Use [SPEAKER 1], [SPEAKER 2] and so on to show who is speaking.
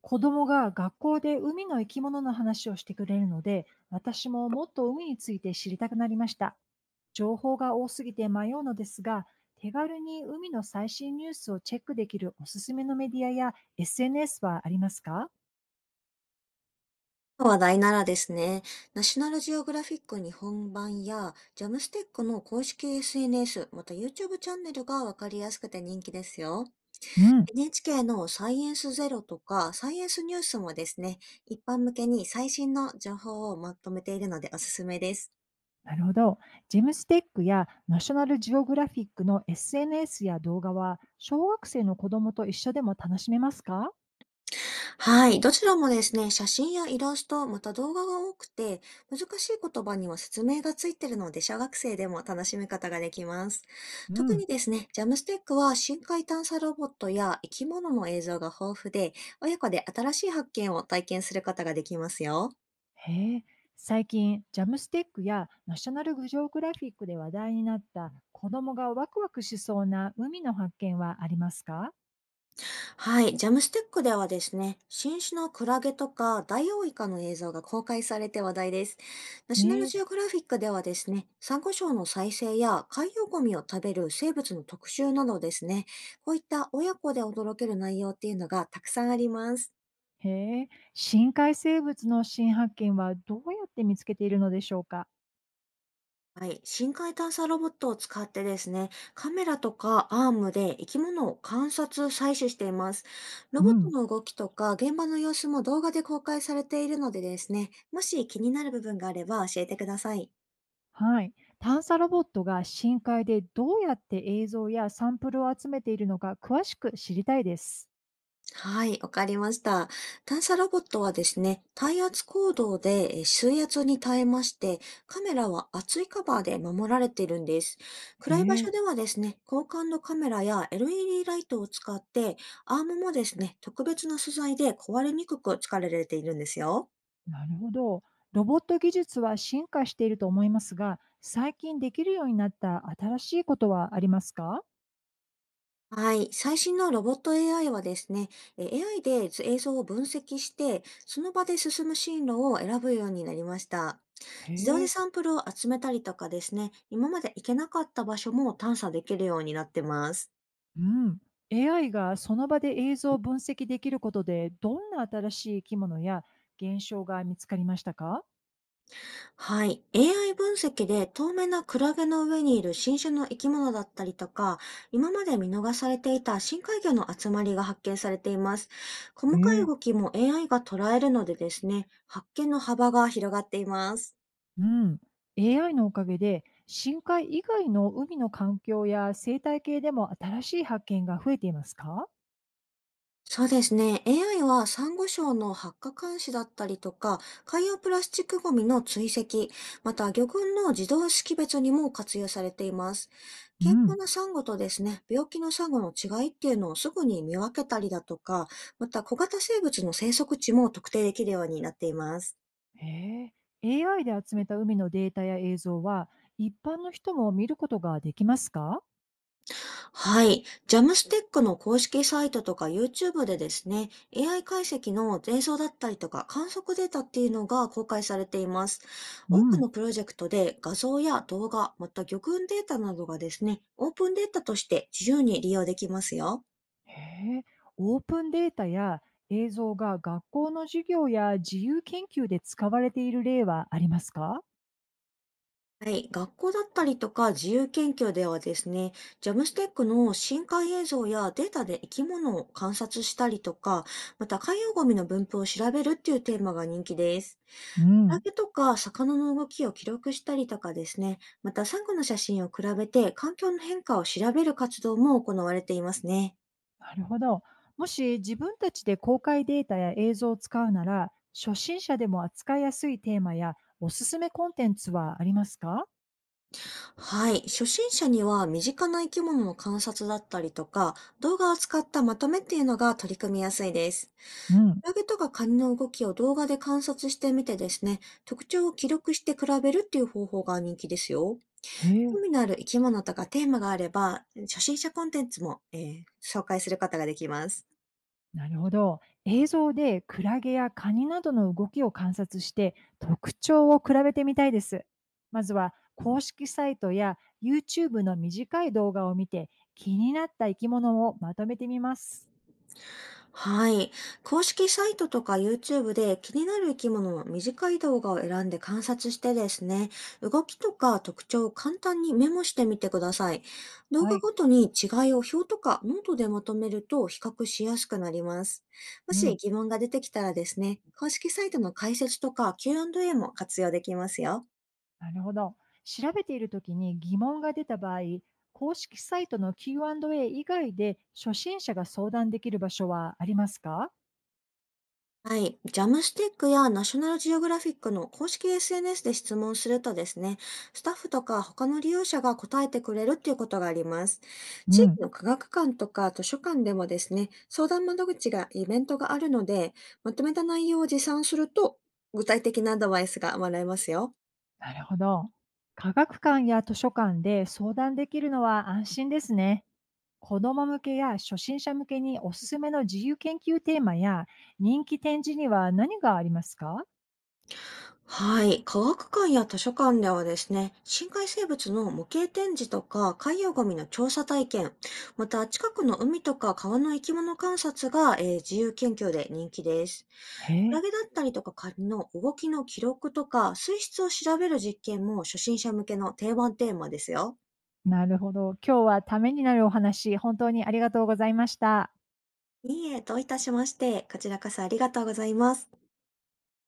[SPEAKER 1] 子供が学校で海の生き物の話をしてくれるので、私ももっと海について知りたくなりました。情報が多すぎて迷うのですが、手軽に海の最新ニュースをチェックできるおすすめのメディアや SNS はありますか？
[SPEAKER 2] 話題ならですね、ナショナルジオグラフィック日本版や、ジャムステックの公式 SNS、また YouTube チャンネルがわかりやすくて人気ですよ。
[SPEAKER 1] うん、
[SPEAKER 2] NHK のサイエンスゼロとか、サイエンスニュースもですね、一般向けに最新の情報をまとめているのでおすすめです。
[SPEAKER 1] なるほど。ジェムステックやナショナルジオグラフィックの SNS や動画は、小学生の子供と一緒でも楽しめますか？
[SPEAKER 2] はい。どちらもですね、写真やイラスト、また動画が多くて、難しい言葉には説明がついているので、小学生でも楽しみ方ができます。
[SPEAKER 1] う
[SPEAKER 2] 特
[SPEAKER 1] ん。
[SPEAKER 2] にですね、ジャムスティックは深海探査ロボットや生き物の映像が豊富で、親子で新しい発見を体験することができますよ。
[SPEAKER 1] へえ、最近、ジャムスティックやナショナルグジオグラフィックで話題になった子供がワクワクしそうな海の発見はありますか？
[SPEAKER 2] はい、ジャムステックではですね、新種のクラゲとかダイオウイカの映像が公開されて話題です。ナショナル
[SPEAKER 1] ねえ。
[SPEAKER 2] ジオグラフィックではですね、サンゴ礁の再生や海洋ゴミを食べる生物の特集などですね、こういった親子で驚ける内容っていうのがたくさんあります。
[SPEAKER 1] へえ、深海生物の新発見はどうやって見つけているのでしょうか？
[SPEAKER 2] はい。深海探査ロボットを使ってですね、カメラとかアームで生き物を観察、採取しています。ロ
[SPEAKER 1] う
[SPEAKER 2] ボット
[SPEAKER 1] ん。
[SPEAKER 2] の動きとか現場の様子も動画で公開されているのでですね、もし気になる部分があれば教えてください。
[SPEAKER 1] はい。探査ロボットが深海でどうやって映像やサンプルを集めているのか詳しく知りたいです。
[SPEAKER 2] はい、わかりました。探査ロボットはですね、耐圧行動で水圧に耐えまして、カメラは厚いカバーで守られているんです。
[SPEAKER 1] へ
[SPEAKER 2] 暗い場所
[SPEAKER 1] え。
[SPEAKER 2] ではですね、交換のカメラや LED ライトを使って、アームもですね、特別な素材で壊れにくく作られているんですよ。
[SPEAKER 1] なるほど。ロボット技術は進化していると思いますが、最近できるようになった新しいことはありますか？
[SPEAKER 2] はい。最新のロボット AI はですね、AI で図映像を分析して、その場で進む進路を選ぶようになりました。
[SPEAKER 1] へ
[SPEAKER 2] 自動で
[SPEAKER 1] え、
[SPEAKER 2] サンプルを集めたりとかですね、今まで行けなかった場所も探査できるようになってます。
[SPEAKER 1] うん。AI がその場で映像を分析できることで、どんな新しい生き物や現象が見つかりましたか？
[SPEAKER 2] はい。AI 分析で透明なクラゲの上にいる新種の生き物だったりとか、今まで見逃されていた深海魚の集まりが発見されています。
[SPEAKER 1] へ
[SPEAKER 2] 細かい
[SPEAKER 1] え、
[SPEAKER 2] 動きも AI が捉えるのでですね、発見の幅が広がっています。
[SPEAKER 1] うん。AI のおかげで、深海以外の海の環境や生態系でも新しい発見が増えていますか？
[SPEAKER 2] そうですね。AI はサンゴ礁の発火監視だったりとか、海洋プラスチックゴミの追跡、また魚群の自動識別にも活用されています。
[SPEAKER 1] う
[SPEAKER 2] 健康
[SPEAKER 1] ん。
[SPEAKER 2] なサンゴとですね、病気のサンゴの違いっていうのをすぐに見分けたりだとか、また小型生物の生息地も特定できるようになっています。
[SPEAKER 1] へえ、AI で集めた海のデータや映像は、一般の人も見ることができますか？
[SPEAKER 2] はい。ジャムスティックの公式サイトとか YouTube でですね、AI 解析の映像だったりとか観測データっていうのが公開されています。
[SPEAKER 1] う
[SPEAKER 2] 多く
[SPEAKER 1] ん、
[SPEAKER 2] のプロジェクトで画像や動画、また魚群データなどがですね、オープンデータとして自由に利用できますよ。
[SPEAKER 1] へえ、オープンデータや映像が学校の授業や自由研究で使われている例はありますか？
[SPEAKER 2] はい。学校だったりとか自由研究ではですね、ジャムステックの深海映像やデータで生き物を観察したりとか、また海洋ゴミの分布を調べるっていうテーマが人気です。
[SPEAKER 1] う
[SPEAKER 2] クラ
[SPEAKER 1] ん。
[SPEAKER 2] ゲとか魚の動きを記録したりとかですね、またサンゴの写真を比べて環境の変化を調べる活動も行われていますね。
[SPEAKER 1] なるほど。もし自分たちで公開データや映像を使うなら、初心者でも扱いやすいテーマやおすすめコンテンツはありますか？
[SPEAKER 2] はい。初心者には身近な生き物の観察だったりとか、動画を使ったまとめっていうのが取り組みやすいです。
[SPEAKER 1] うん。
[SPEAKER 2] クラゲとかカニの動きを動画で観察してみてですね、特徴を記録して比べるっていう方法が人気ですよ。
[SPEAKER 1] へえ。
[SPEAKER 2] 興味のある生き物とかテーマがあれば、初心者コンテンツも、紹介することができます。
[SPEAKER 1] なるほど。映像でクラゲやカニなどの動きを観察して特徴を比べてみたいです。まずは公式サイトや YouTube の短い動画を見て気になった生き物をまとめてみます。
[SPEAKER 2] はい。公式サイトとか YouTube で気になる生き物の短い動画を選んで観察してですね、動きとか特徴を簡単にメモしてみてください。動
[SPEAKER 1] は
[SPEAKER 2] 画
[SPEAKER 1] い。
[SPEAKER 2] ごとに違いを表とかノートでまとめると比較しやすくなります。も
[SPEAKER 1] う
[SPEAKER 2] し
[SPEAKER 1] ん、
[SPEAKER 2] 疑問が出てきたらですね、公式サイトの解説とか Q&A も活用できますよ。
[SPEAKER 1] なるほど。調べているときに疑問が出た場合、公式サイトの Q&A 以外で初心者が相談できる場所はありますか？
[SPEAKER 2] はい。ジャムスティックやナショナルジオグラフィックの公式 SNS で質問するとですね、スタッフとか他の利用者が答えてくれるっていうことがあります。
[SPEAKER 1] う
[SPEAKER 2] 地域
[SPEAKER 1] ん。
[SPEAKER 2] の科学館とか図書館でもですね、相談窓口がイベントがあるので、まとめた内容を持参すると具体的なアドバイスがもらえますよ。
[SPEAKER 1] なるほど。科学館や図書館で相談できるのは安心ですね。子ども向けや初心者向けにおすすめの自由研究テーマや人気展示には何がありますか？
[SPEAKER 2] はい。科学館や図書館ではですね、深海生物の模型展示とか海洋ゴミの調査体験、また近くの海とか川の生き物観察が、自由研究で人気です。
[SPEAKER 1] へ
[SPEAKER 2] クラ
[SPEAKER 1] え。
[SPEAKER 2] ゲだったりとかカニの動きの記録とか水質を調べる実験も初心者向けの定番テーマですよ。
[SPEAKER 1] なるほど。今日はためになるお話、本当にありがとうございました。
[SPEAKER 2] いいえ、どういたしまして、こちらこそありがとうございます。